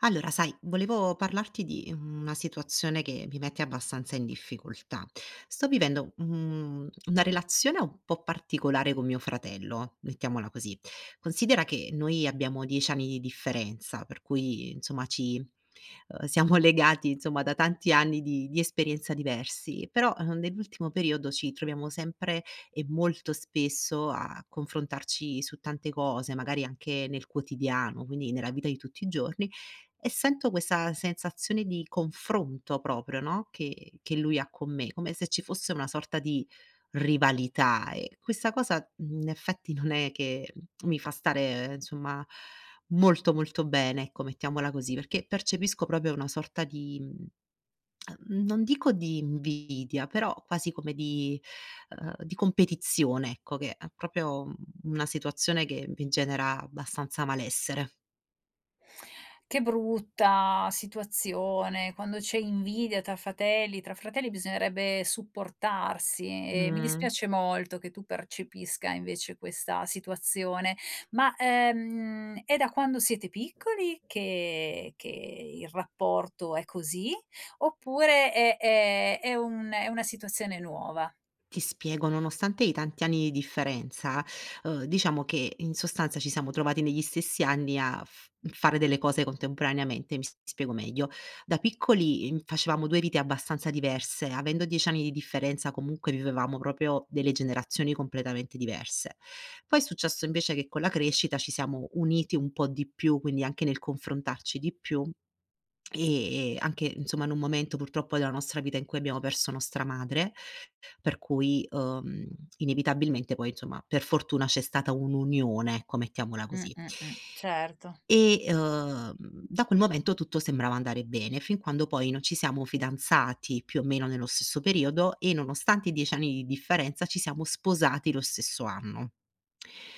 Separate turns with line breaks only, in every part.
Allora, sai, volevo parlarti di una situazione che mi mette abbastanza in difficoltà. Sto vivendo, una relazione un po' particolare con mio fratello, mettiamola così. Considera che noi abbiamo 10 anni di differenza, per cui insomma ci siamo legati insomma da tanti anni di esperienza diversi, però, nell'ultimo periodo ci troviamo sempre e molto spesso a confrontarci su tante cose, magari anche nel quotidiano, quindi nella vita di tutti i giorni, e sento questa sensazione di confronto proprio, no, che lui ha con me, come se ci fosse una sorta di rivalità. E questa cosa, in effetti, non è che mi fa stare, insomma, molto, molto bene, ecco, mettiamola così, perché percepisco proprio una sorta di non dico di invidia, però quasi come di competizione, ecco, che è proprio una situazione che mi genera abbastanza malessere.
Che brutta situazione, quando c'è invidia tra fratelli bisognerebbe supportarsi e mi
Mh.
dispiace molto che tu percepisca invece questa situazione. Ma, è da quando siete piccoli che il rapporto è così? Oppure è un è una situazione nuova?
Ti spiego, nonostante i tanti anni di differenza, diciamo che in sostanza ci siamo trovati negli stessi anni a f fare delle cose contemporaneamente, spiego meglio. Da piccoli, facevamo 2 vite abbastanza diverse, avendo 10 anni di differenza comunque vivevamo proprio delle generazioni completamente diverse. Poi è successo invece che con la crescita ci siamo uniti un po' di più, quindi anche nel confrontarci di più. Anche insomma in un momento purtroppo della nostra vita in cui abbiamo perso nostra madre, per cui, inevitabilmente poi insomma per fortuna c'è stata un'unione, ecco mettiamola così.
Certo.
E, da quel momento tutto sembrava andare bene, fin quando poi non ci siamo fidanzati più o meno nello stesso periodo e, nonostante i 10 anni di differenza, ci siamo sposati lo stesso anno.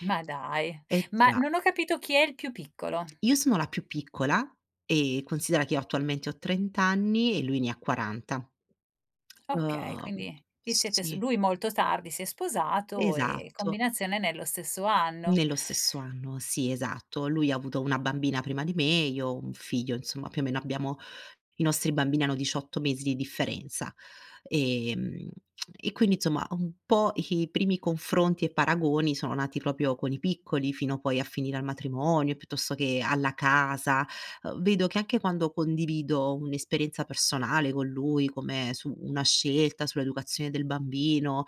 Ma dai,
Eh
ma
già,
non ho capito chi è il più piccolo.
io sono la più piccola e considera che io attualmente ho 30 anni e lui ne ha 40.
Okay,
Uhm,
quindi vi siete s
sì,
lui molto tardi si è sposato e
esatto.
combinazione nello stesso anno.
Nello stesso anno, sì, esatto. Lui ha avuto una bambina prima di me, io un figlio, insomma più o meno abbiamo, i nostri bambini hanno 18 mesi di differenza. Ehm, e quindi insomma un po' i primi confronti e paragoni sono nati proprio con i piccoli, fino poi a finire al matrimonio, piuttosto che alla casa. Vedo che anche quando condivido un'esperienza personale con lui, come su una scelta, sull'educazione del bambino,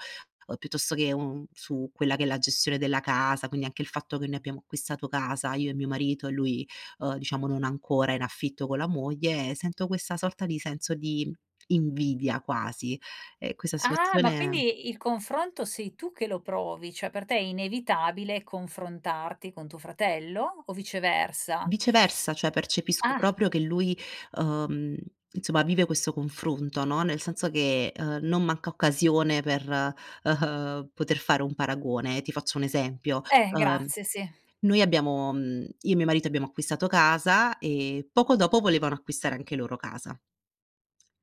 o piuttosto che un su quella che è la gestione della casa, quindi anche il fatto che noi abbiamo acquistato casa, io e mio marito, e lui, diciamo, non ancora, in affitto con la moglie, sento questa sorta di senso di invidia quasi. E questa
Ah, ma
situazione
quindi il confronto sei tu che lo provi, cioè per te è inevitabile confrontarti con tuo fratello o viceversa?
viceversa, cioè percepisco
Ah,
proprio che lui, uhm, insomma vive questo confronto, no, nel senso che, non manca occasione per, poter fare un paragone. Ti faccio un esempio, uhm
grazie, sì.
Noi abbiamo io e mio marito abbiamo acquistato casa e poco dopo volevano acquistare anche loro casa.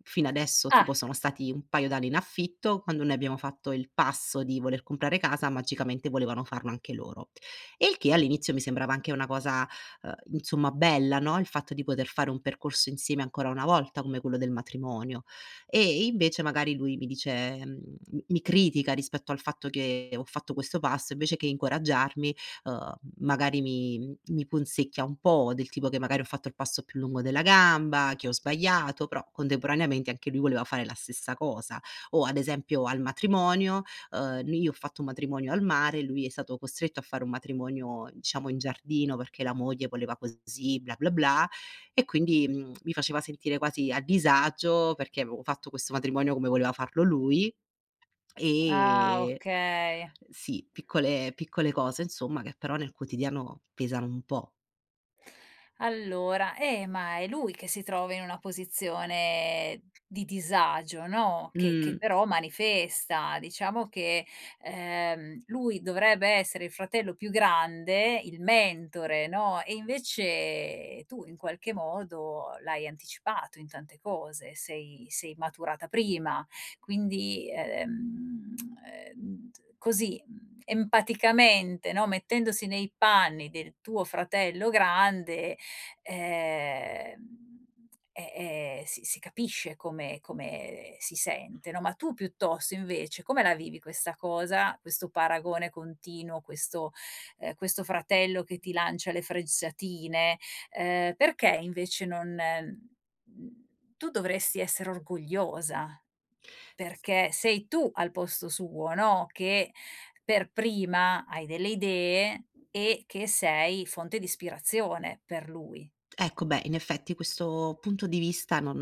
Fino adesso tipo
Ah,
sono stati un paio d'anni in affitto, quando noi abbiamo fatto il passo di voler comprare casa magicamente volevano farlo anche loro. E il che all'inizio mi sembrava anche una cosa, insomma bella, no, il fatto di poter fare un percorso insieme ancora una volta come quello del matrimonio. E invece magari lui mi dice mi critica rispetto al fatto che ho fatto questo passo, invece che incoraggiarmi, uhm, magari mi punzecchia un po', del tipo che magari ho fatto il passo più lungo della gamba, che ho sbagliato, però contemporaneamente anche lui voleva fare la stessa cosa. O ad esempio al matrimonio, n io ho fatto un matrimonio al mare, lui è stato costretto a fare un matrimonio, diciamo, in giardino perché la moglie voleva così, bla bla bla, e quindi, mi faceva sentire quasi a disagio perché avevo fatto questo matrimonio come voleva farlo lui,
ah
ehm
okay.
sì, piccole piccole cose insomma che però nel quotidiano pesano un po'.
Allora, ma è lui che si trova in una posizione di disagio, no, che
Mh.
però manifesta. Diciamo che, lui dovrebbe essere il fratello più grande, il mentore, no, e invece tu in qualche modo l'hai anticipato in tante cose, sei maturata prima. Quindi, ehm, così empaticamente, no, mettendosi nei panni del tuo fratello grande, ehm, si capisce come si sente, no, ma tu piuttosto invece come la vivi questa cosa, questo paragone continuo, questo fratello che ti lancia le frezzatine? Perché invece non mhmm, tu dovresti essere orgogliosa, perché sei tu al posto suo, no, che per prima hai delle idee e che sei fonte di ispirazione per lui.
Ecco, beh, in effetti questo punto di vista non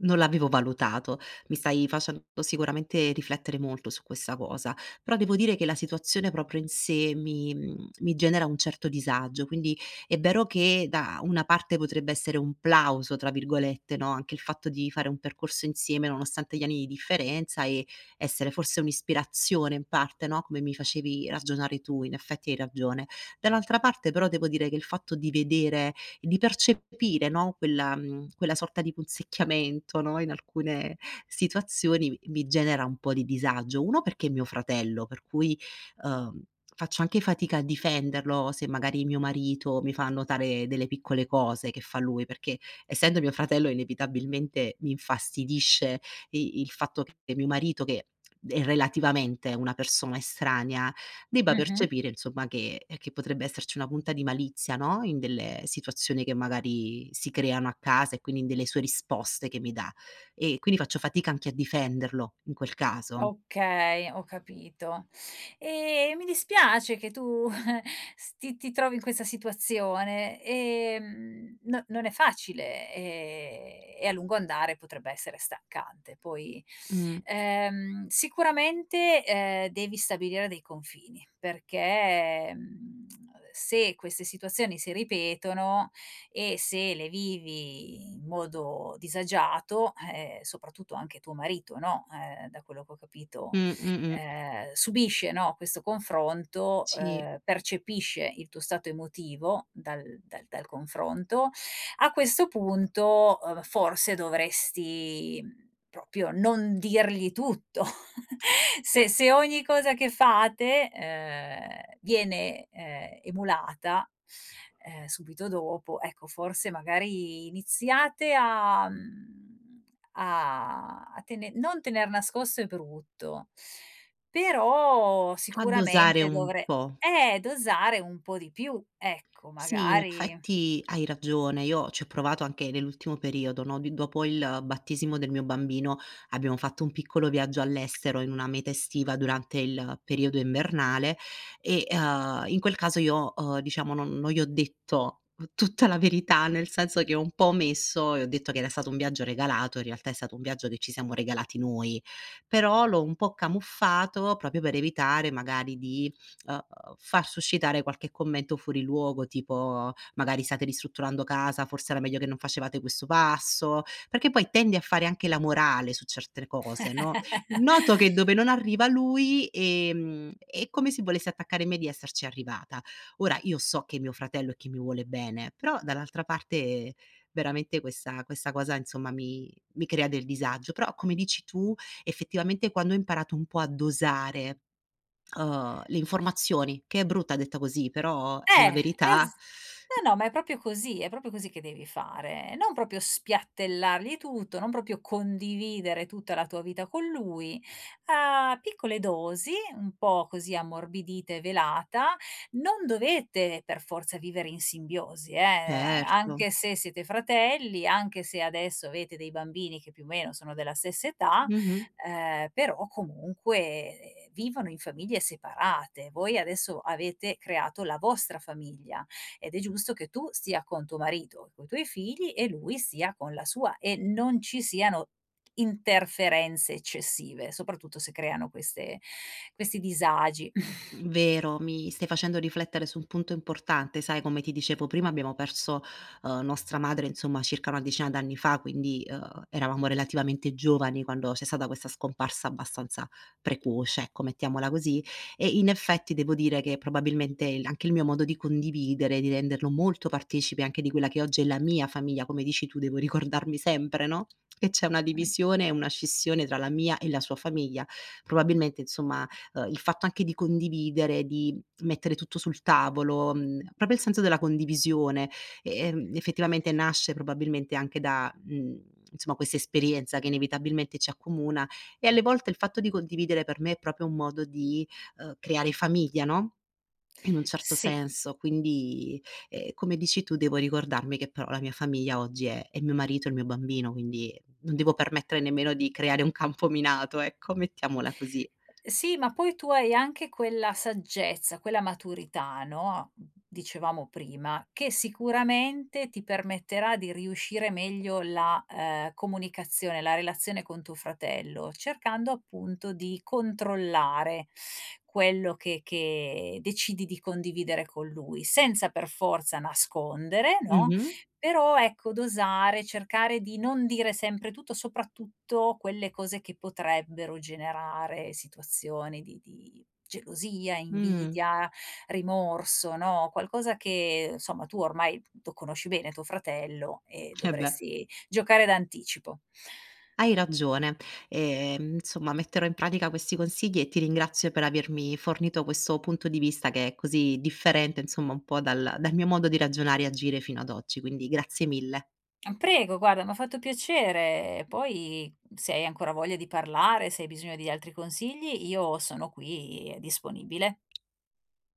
non l'avevo valutato. Mi stai facendo sicuramente riflettere molto su questa cosa, però devo dire che la situazione proprio in sé mi genera un certo disagio, quindi è vero che da una parte potrebbe essere un plauso, tra virgolette, no, anche il fatto di fare un percorso insieme nonostante gli anni di differenza e essere forse un'ispirazione in parte, no, come mi facevi ragionare tu, in effetti hai ragione. Dall'altra parte però devo dire che il fatto di vedere, di percepire, no, quella quella sorta di punzecchiamento, no, in alcune situazioni, mi genera un po' di disagio. Uno perché è mio fratello, per cui, uhm, faccio anche fatica a difenderlo se magari mio marito mi fa notare delle piccole cose che fa lui, perché essendo mio fratello inevitabilmente mi infastidisce i il fatto che mio marito, che è relativamente una persona estranea, debba
Mh-mh.
percepire insomma che potrebbe esserci una punta di malizia, no, in delle situazioni che magari si creano a casa e quindi in delle sue risposte che mi dà. E quindi faccio fatica anche a difenderlo in quel caso.
Okay, ho capito. E mi dispiace che tu s ti trovi in questa situazione. No, non è facile e a lungo andare potrebbe essere stancante. Poi,
Mh.
sicuramente, devi stabilire dei confini perché, se queste situazioni si ripetono e se le vivi in modo disagiato, soprattutto anche tuo marito, no, da quello che ho capito,
Mh, mh, mh.
subisce, no, questo confronto,
Sì,
percepisce il tuo stato emotivo dal confronto, a questo punto, forse dovresti, proprio non dirgli tutto. Se ogni cosa che fate, viene, emulata, subito dopo, ecco forse magari iniziate a a tene non tener nascosto è brutto, però
a dosare
sicuramente
un
dovre
po'.
dosare un po' di più, ecco
Sì, in
magari.
effetti hai ragione. Io ci ho provato anche nell'ultimo periodo, no, di dopo il battesimo del mio bambino abbiamo fatto un piccolo viaggio all'estero in una meta estiva durante il periodo invernale e, in quel caso io, diciamo non gli ho detto tutta la verità, nel senso che ho un po' omesso e ho detto che era stato un viaggio regalato, in realtà è stato un viaggio che ci siamo regalati noi, però l'ho un po' camuffato proprio per evitare magari di uhm, far suscitare qualche commento fuori luogo, tipo: "Magari state ristrutturando casa, forse era meglio che non facevate questo passo", perché poi tende a fare anche la morale su certe cose, no, noto che dove non arriva lui, è come se volesse attaccare me di esserci arrivata. Ora io so che è mio fratello e che mi vuole bene, però dall'altra parte veramente questa cosa insomma mi crea del disagio. Però come dici tu, effettivamente quando ho imparato un po' a dosare le informazioni, che è brutta detta così, però è la verità.
Es No, no, ma è proprio così che devi fare. Non proprio spiattellargli tutto, non proprio condividere tutta la tua vita con lui, a piccole dosi, un po' così ammorbidita e velata. Non dovete per forza vivere in simbiosi,
Certo.
anche se siete fratelli, anche se adesso avete dei bambini che più o meno sono della stessa età,
Mh-mh.
però comunque, vivono in famiglie separate. Voi adesso avete creato la vostra famiglia ed è giusto che tu stia con tuo marito, coi tuoi figli e lui stia con la sua e non ci siano interferenze eccessive, soprattutto se creano queste questi disagi.
Vero, mi stai facendo riflettere su un punto importante, sai, come ti dicevo prima abbiamo perso, nostra madre insomma circa una decina d'anni fa, quindi, eravamo relativamente giovani quando c'è stata questa scomparsa abbastanza precoce, ecco mettiamola così, e in effetti devo dire che probabilmente il anche il mio modo di condividere, di renderlo molto partecipe anche di quella che oggi è la mia famiglia, come dici tu devo ricordarmi sempre, no, che c'è una
Mh.
divisione e una scissione tra la mia e la sua famiglia. Probabilmente insomma il fatto anche di condividere, di mettere tutto sul tavolo, proprio il senso della condivisione, e effettivamente nasce probabilmente anche da, insomma questa esperienza che inevitabilmente ci accomuna, e alle volte il fatto di condividere per me è proprio un modo di, creare famiglia, no, in un certo
Sì.
senso. Quindi, come dici tu devo ricordarmi che però la mia famiglia oggi è mio marito e il mio bambino, quindi non devo permettere nemmeno di creare un campo minato, ecco, mettiamola così.
Sì, ma poi tu hai anche quella saggezza, quella maturità, no, dicevamo prima, che sicuramente ti permetterà di riuscire meglio la, comunicazione, la relazione con tuo fratello, cercando appunto di controllare quello che decidi di condividere con lui, senza per forza nascondere, no,
Mh-mh.
però ecco, dosare, cercare di non dire sempre tutto, soprattutto quelle cose che potrebbero generare situazioni di gelosia,
Mh.
invidia, rimorso, no, qualcosa che insomma tu ormai lo conosci bene tuo fratello e
Eh beh,
dovresti giocare d'anticipo.
hai ragione. Insomma metterò in pratica questi consigli e ti ringrazio per avermi fornito questo punto di vista che è così differente, insomma, un po' dal mio modo di ragionare e agire fino ad oggi, quindi grazie mille.
Prego, guarda, m'ha fatto piacere. Poi se hai ancora voglia di parlare, se hai bisogno di altri consigli, io sono qui disponibile.